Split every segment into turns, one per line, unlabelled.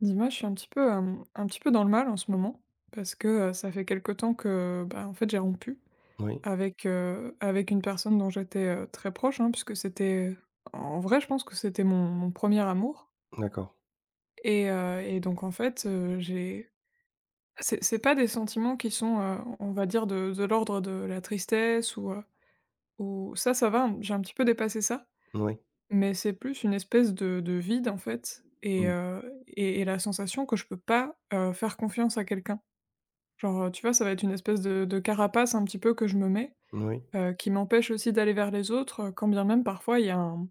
Dis-moi, je suis un petit peu dans le mal en ce moment parce que, ça fait quelque temps que, bah, en fait, j'ai rompu
Oui,
avec une personne dont j'étais, très proche, hein, puisque c'était en vrai, je pense que c'était mon 1 amour
d'accord.
et donc en fait, j'ai c'est pas des sentiments qui sont, on va dire de l'ordre de la tristesse ou ça, ça va, j'ai un petit peu dépassé ça,
Oui.
mais c'est plus une espèce de vide, en fait et
Mmh.
heu et et la sensation que je peux pas, faire confiance à quelqu'un. Genre, tu vois, ça va être une espèce de carapace un petit peu que je me mets,
Oui.
qui m'empêche aussi d'aller vers les autres, quand bien même parfois il y a un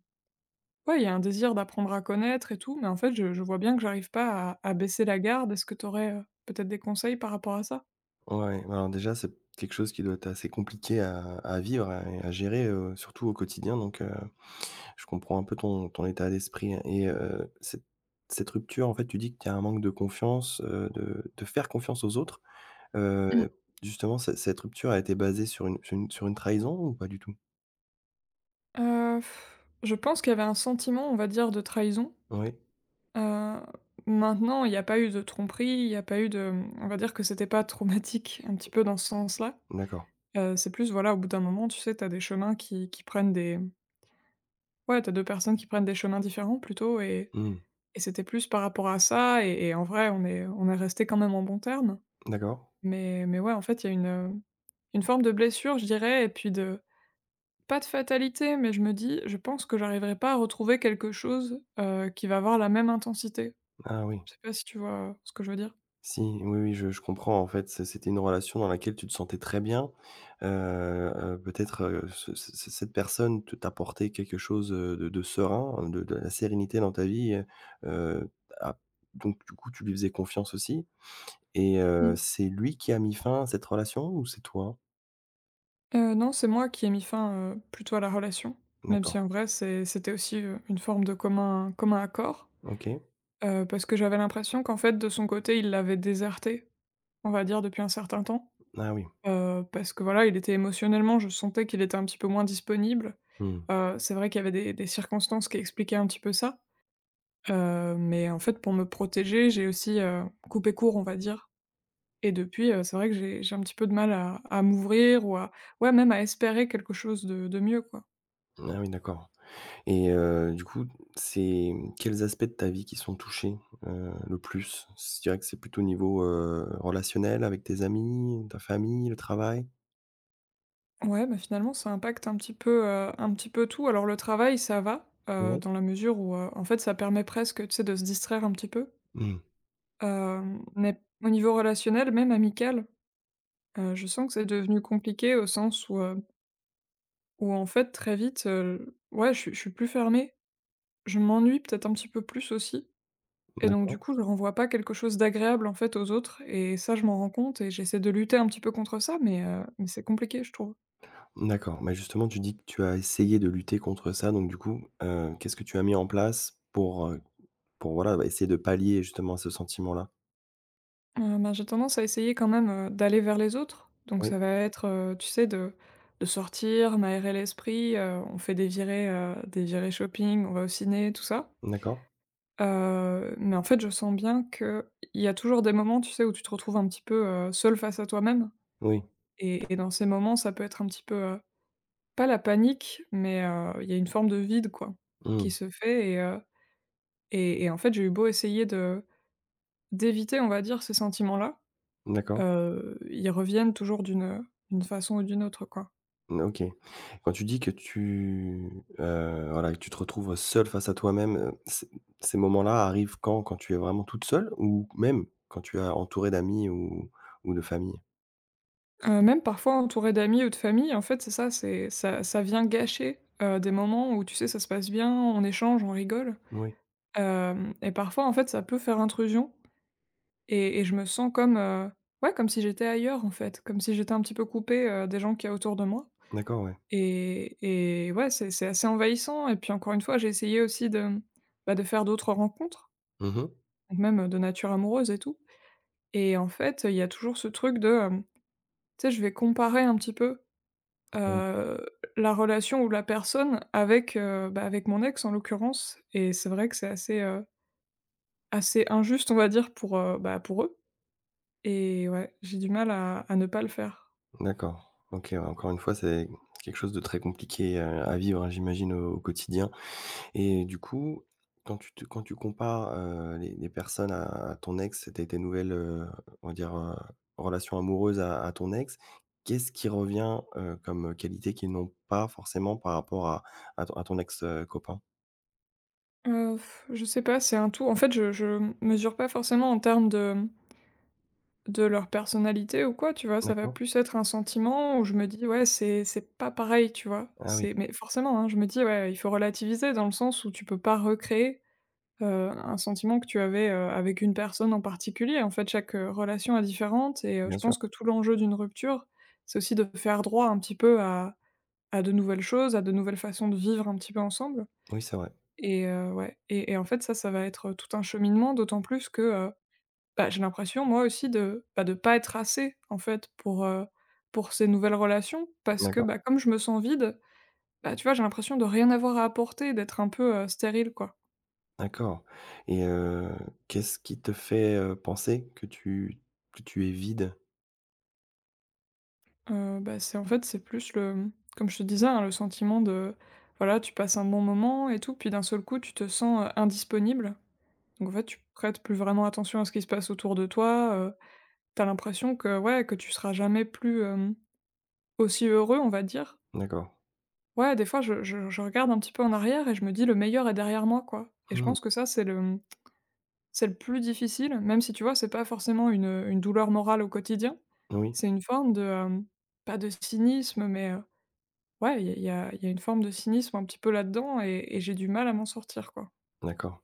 ouais, il y a un désir d'apprendre à connaître et tout, mais en fait, je vois bien que j'arrive pas à baisser la garde. Est-ce que tu aurais, peut-être des conseils par rapport à ça?
Ouais, bah, alors déjà, c'est quelque chose qui doit être assez compliqué à vivre et à gérer, surtout au quotidien donc je comprends un peu ton état d'esprit et cette rupture, en fait, tu dis qu'il y a un manque de confiance, de faire confiance aux autres. Heu, justement, ce cette rupture a été basée sur une sur une trahison ou pas du tout?
Heu, je pense qu'il y avait un sentiment, on va dire, de trahison.
Oui,
Heu, Maintenant, il y a pas eu de tromperie, il y a pas eu de, on va dire que c'était pas traumatique un petit peu dans ce sens-là.
d'accord.
C'est plus, voilà, au bout d'un moment, tu sais, t'as des chemins qui prennent des ouais, t'as 2 personnes qui prennent des chemins différents plutôt et
Mmh.
et c'était plus par rapport à ça et en vrai on est resté quand même en bon terme.
D'accord.
Mais ouais, en fait, il y a une forme de blessure, je dirais et puis de pas de fatalité, mais je me dis: «Je pense que j'arriverai pas à retrouver quelque chose, qui va avoir la même intensité».
Ah oui.
Je sais pas si tu vois ce que je veux dire?
Si, oui, je comprends. En fait, c'était une relation dans laquelle tu te sentais très bien. Heu peut-être, ce cette personne te t'apportait quelque chose, de serein, de la sérénité dans ta vie, heu, donc du coup, tu lui faisais confiance aussi et
Mmh.
c'est lui qui a mis fin à cette relation ou c'est toi?
Non, c'est moi qui ai mis fin, plutôt à la relation, même si
D'accord.
en vrai c'était aussi, une forme de commun accord,
OK.
parce que j'avais l'impression qu'en fait de son côté il l'avait déserté. On va dire depuis un certain temps,
Ah oui.
parce que voilà, il était émotionnellement je sentais qu'il était un petit peu moins disponible.
Mmh.
C'est vrai qu'il y avait des circonstances qui expliquaient un petit peu ça, mais en fait pour me protéger, j'ai aussi, coupé court, on va dire et depuis, c'est vrai que j'ai un petit peu de mal à m'ouvrir ou à ouais, même à espérer quelque chose de mieux, quoi.
Ah oui, d'accord. Et du coup, c'est quels aspects de ta vie qui sont touchés, le plus? Tu dirais que c'est plutôt au niveau, relationnel avec tes amis, ta famille, le travail?
Ouais, bah, finalement ça impacte un petit peu tout. Alors le travail, ça va,
Ouais.
dans la mesure où, en fait ça permet presque, tu sais, de se distraire un petit peu.
Mmh,
Mais au niveau relationnel, même amical, je sens que c'est devenu compliqué au sens où en fait très vite, ouais je suis plus fermée, je m'ennuie peut-être un petit peu plus aussi et donc du
d'accord,
coup je renvoie pas quelque chose d'agréable en fait aux autres et ça je m'en rends compte et j'essaie de lutter un petit peu contre ça mais c'est compliqué je trouve.
d'accord. Mais justement, tu dis que tu as essayé de lutter contre ça, donc du coup, qu'est-ce que tu as mis en place pour voilà, bah, essayer de pallier justement à ce sentiment-là?
Ben j'ai tendance à essayer quand même, d'aller vers les autres, donc
Oui,
ça va être, tu sais de sortir, m'aérer l'esprit, on fait des virées shopping, on va au ciné, tout ça.
d'accord.
Mais en fait, je sens bien que il y a toujours des moments, tu sais, où tu te retrouves un petit peu, seule face à toi-même
Oui,
et dans ces moments, ça peut être un petit peu, pas la panique, mais il y a une forme de vide, quoi,
mmh,
qui se fait et en fait, j'ai eu beau essayer de d'éviter, on va dire, ces sentiments-là,
d'accord.
ils reviennent toujours d'une façon ou d'une autre, quoi.
Mmh, OK. Quand tu dis que tu, voilà, que tu te retrouves seul face à toi-même, ces moments-là arrivent quand? Quand tu es vraiment toute seule ou même quand tu es entourée d'amis ou de famille?
Même parfois entouré d'amis ou de famille, en fait, c'est ça, ça vient gâcher, des moments où, tu sais, ça se passe bien, on échange, on rigole.
Oui,
Hem Et parfois, en fait, ça peut faire intrusion et je me sens comme, ouais, comme si j'étais ailleurs, en fait, comme si j'étais un petit peu coupée, des gens qu'il y a autour de moi
d'accord, ouais.
et ouais, c'est assez envahissant et puis, encore une fois, j'ai essayé aussi bah, de faire d'autres rencontres,
Mmh mh.
donc même, de nature amoureuse et tout et en fait, il y a toujours ce truc de, tu sais, je vais comparer un petit peu,
Mmh.
heu, la relation ou la personne avec mon ex, en l'occurrence et c'est vrai que c'est assez injuste, on va dire, pour eux. Et ouais, j'ai du mal à ne pas le faire.
D'accord. OK, ouais, encore une fois, c'est quelque chose de très compliqué, à vivre, hein, j'imagine au quotidien. Et du coup, quand tu compares, les personnes à ton ex c'était tes nouvelles, on va dire, relations amoureuses à ton ex, qu'est-ce qui revient, comme qualité qu'ils n'ont pas forcément par rapport à à ton ex, copain?
Heu, je sais pas, c'est un tout. En fait, je mesure pas forcément en termes de leur personnalité ou quoi, tu vois? Ça va
D'accord.
plus être un sentiment où je me dis: «Ouais, c'est pas pareil», tu vois?
Ah oui,
C'est Mais forcément, hein, je me dis: «Ouais, il faut relativiser» dans le sens où tu peux pas recréer, un sentiment que tu avais, avec une personne en particulier. En fait, chaque, relation est différente
bien
je
sûr.
pense que tout l'enjeu d'une rupture, c'est aussi de faire droit un petit peu à de nouvelles choses, à de nouvelles façons de vivre un petit peu ensemble.
Oui, c'est vrai.
Ouais et en fait ça, ça va être tout un cheminement d'autant plus que, bah, j'ai l'impression moi aussi de pas être assez en fait pour ces nouvelles relations parce que,
D'accord,
bah, comme je me sens vide, bah, tu vois, j'ai l'impression de rien avoir à apporter, d'être un peu, stérile quoi.
d'accord et qu'est-ce qui te fait, penser que tu es vide?
Bah, c'est plus le, comme je te disais, hein, le sentiment de, voilà, tu passes un bon moment et tout, puis d'un seul coup tu te sens, indisponible. Donc en fait, tu prêtes plus vraiment attention à ce qui se passe autour de toi, tu l'impression que, ouais, que tu seras jamais plus aussi heureux, on va dire.
D'accord.
Ouais, des fois, je regarde un petit peu en arrière et je me dis: «Le meilleur est derrière moi», quoi et je
Mmh,
pense que ça, c'est le plus difficile, même si, tu vois, c'est pas forcément une douleur morale au quotidien.
oui,
C'est une forme de, pas de cynisme, mais, ouais, il y a il y a il y a une forme de cynisme un petit peu là-dedans et j'ai du mal à m'en sortir, quoi.
d'accord.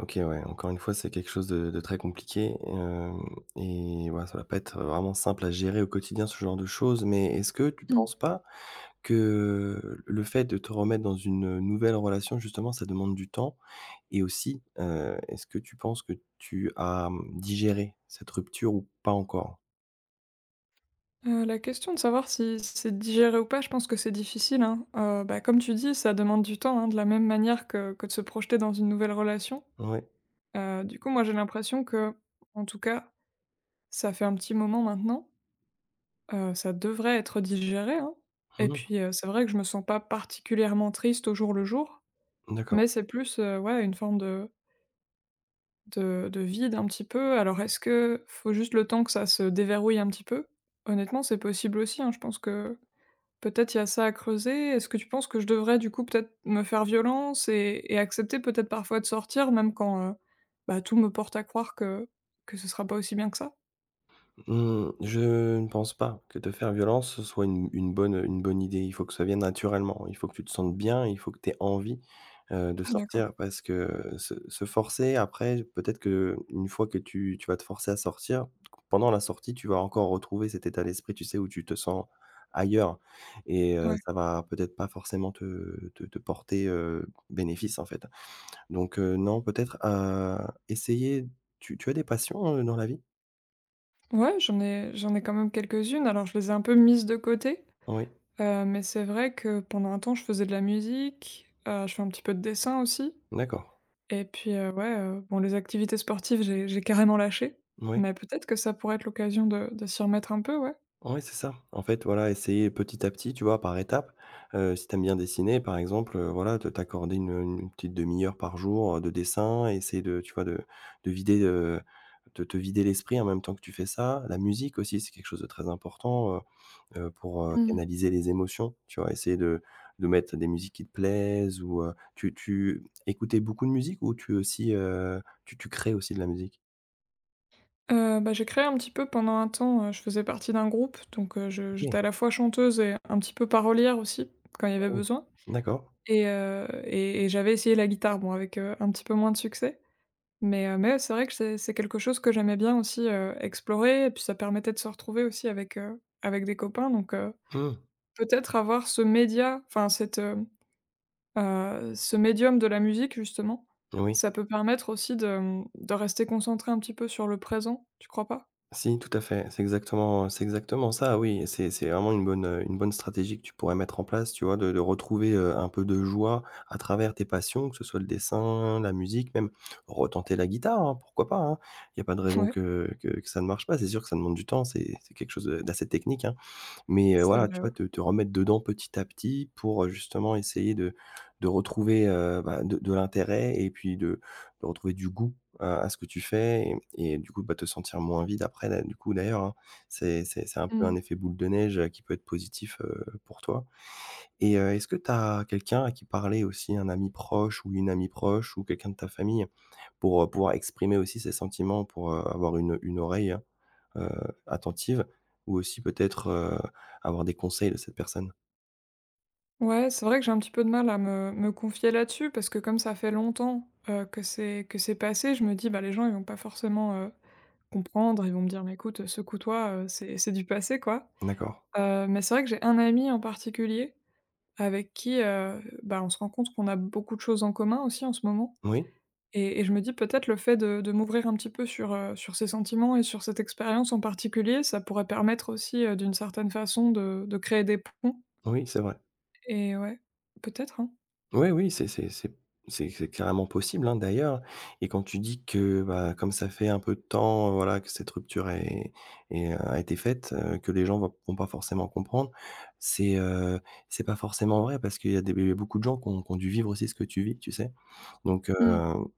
OK, ouais, encore une fois, c'est quelque chose de très compliqué, hem et voilà ça va pas être vraiment simple à gérer au quotidien, ce genre de choses. Mais est-ce que tu
Mmh.
penses pas que le fait de te remettre dans une nouvelle relation, justement, ça demande du temps? Et aussi, est-ce que tu penses que tu as, digéré cette rupture ou pas encore?
La question de savoir si c'est digéré ou pas, je pense que c'est difficile, hein. Bah, comme tu dis, ça demande du temps, hein, de la même manière que de se projeter dans une nouvelle relation.
Ouais.
Du coup, moi, j'ai l'impression que, en tout cas, ça fait un petit moment maintenant, ça devrait être digéré, hein et
Mmh.
puis, c'est vrai que je me sens pas particulièrement triste au jour le jour,
D'accord.
mais c'est plus, ouais, une forme de vide un petit peu. Alors est-ce que faut juste le temps que ça se déverrouille un petit peu? Honnêtement, c'est possible aussi, hein. Je pense que peut-être il y a ça à creuser. Est-ce que tu penses que je devrais, du coup, peut-être me faire violence et accepter peut-être parfois de sortir même quand, bah, tout me porte à croire que ce sera pas aussi bien que ça?
Mmh, je ne pense pas que te faire violence, ce soit une une bonne idée. Il faut que ça vienne naturellement. Il faut que tu te sentes bien, il faut que tu aies envie, de
D'accord.
sortir parce que se forcer après, peut-être que une fois que tu vas te forcer à sortir, pendant la sortie, tu vas encore retrouver cet état d'esprit, tu sais, où tu te sens ailleurs et
Ouais.
ça va peut-être pas forcément te porter, bénéfice, en fait. Donc non, peut-être, essayer tu as des passions, dans la vie?
Ouais, j'en ai quand même quelques-unes. Alors, je les ai un peu mises de côté,
Oui,
mais c'est vrai que pendant un temps, je faisais de la musique, je fais un petit peu de dessin aussi
d'accord.
et puis, ouais, bon, les activités sportives, j'ai carrément lâché,
Oui,
mais peut-être que ça pourrait être l'occasion de s'y remettre un peu, ouais.
oui, c'est ça. En fait, voilà, essayer petit à petit, tu vois, par étapes. Si t'aimes bien dessiner, par exemple, voilà, te t'accorder une petite demi heure par jour, de dessin, essayer de, tu vois, de vider, de te vider l'esprit en même temps que tu fais ça. La musique aussi, c'est quelque chose de très important, pour,
Mmh.
canaliser les émotions, tu vois? Essayer de mettre des musiques qui te plaisent ou, tu écoutais beaucoup de musique ou tu aussi, tu crées aussi de la musique?
Bah, j'ai créé un petit peu pendant un temps, je faisais partie d'un groupe donc je
OK,
j'étais à la fois chanteuse et un petit peu parolière aussi, quand il y
ah
avait
oui,
besoin
d'accord.
et j'avais essayé la guitare, bon avec, un petit peu moins de succès, mais ouais, c'est vrai que c'est quelque chose que j'aimais bien aussi, explorer et puis ça permettait de se retrouver aussi avec des copains donc
Mmh,
peut-être avoir ce média, enfin cette, hem ce médium de la musique justement,
oui.
ça peut permettre aussi de rester concentré un petit peu sur le présent, tu crois pas?
Si, tout à fait. C'est exactement ça, oui. C'est vraiment une bonne stratégie que tu pourrais mettre en place, tu vois? De retrouver, un peu de joie à travers tes passions, que ce soit le dessin, la musique, même retenter la guitare, hein, pourquoi pas, hein? Il y a pas de raison
Ouais,
que ça ne marche pas. C'est sûr que ça demande du temps, c'est quelque chose, d'assez technique, hein. Mais
c'est
voilà,
vrai,
tu
ouais.
vas te remettre dedans petit à petit pour, justement essayer de retrouver, bah, de l'intérêt et puis de retrouver du goût à ce que tu fais et du coup, bah, te sentir moins vide après là, du coup, d'ailleurs, hein. C'est un peu un
Mmh.
effet boule de neige, qui peut être positif, pour toi et est-ce que tu as quelqu'un à qui parler aussi, un ami proche ou une amie proche ou quelqu'un de ta famille pour, pouvoir exprimer aussi ses sentiments, pour, avoir une oreille? Hein? heu, attentive ou aussi peut-être, avoir des conseils de cette personne.
Ouais, c'est vrai que j'ai un petit peu de mal à me confier là-dessus parce que comme ça fait longtemps, que c'est passé, je me dis: «Bah, les gens ils vont pas forcément,» comprendre, ils vont me dire: «Mais écoute, secoue-toi, c'est du passé, quoi».
D'accord.
Mais c'est vrai que j'ai un ami en particulier avec qui, bah, on se rend compte qu'on a beaucoup de choses en commun aussi en ce moment
Oui,
et je me dis peut-être le fait de m'ouvrir un petit peu sur ses sentiments et sur cette expérience en particulier, ça pourrait permettre aussi, d'une certaine façon de créer des ponts
oui, c'est vrai.
et ouais, peut-être, hein.
Oui, oui, c'est carrément possible, hein, d'ailleurs et quand tu dis que, bah, comme ça fait un peu de temps, voilà, que cette rupture est, a été faite, que les gens vont pas forcément comprendre, c'est, heu, c'est pas forcément vrai parce qu'il y a des b beaucoup de gens qui ont dû vivre aussi ce que tu vis, tu sais? Donc, heu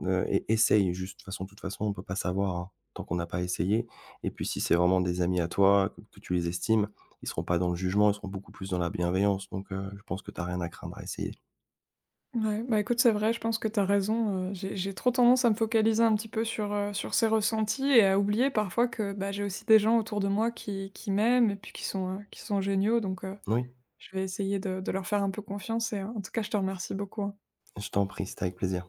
heu, e essaye juste, de toute façon on peut pas savoir, hein, tant qu'on n'a pas essayé et puis si c'est vraiment des amis à toi, que tu les estimes, ils seront pas dans le jugement, ils seront beaucoup plus dans la bienveillance donc, je pense que t'as rien à craindre à essayer.
Ouais, bah, écoute, c'est vrai, je pense que t'as raison, j'ai trop tendance à me focaliser un petit peu sur ces ressentis et à oublier parfois que, bah, j'ai aussi des gens autour de moi qui m'aiment et puis qui sont géniaux donc
Oui.
je vais essayer de leur faire un peu confiance et en tout cas, je te remercie beaucoup, hein.
Je t'en prie, c'était avec plaisir.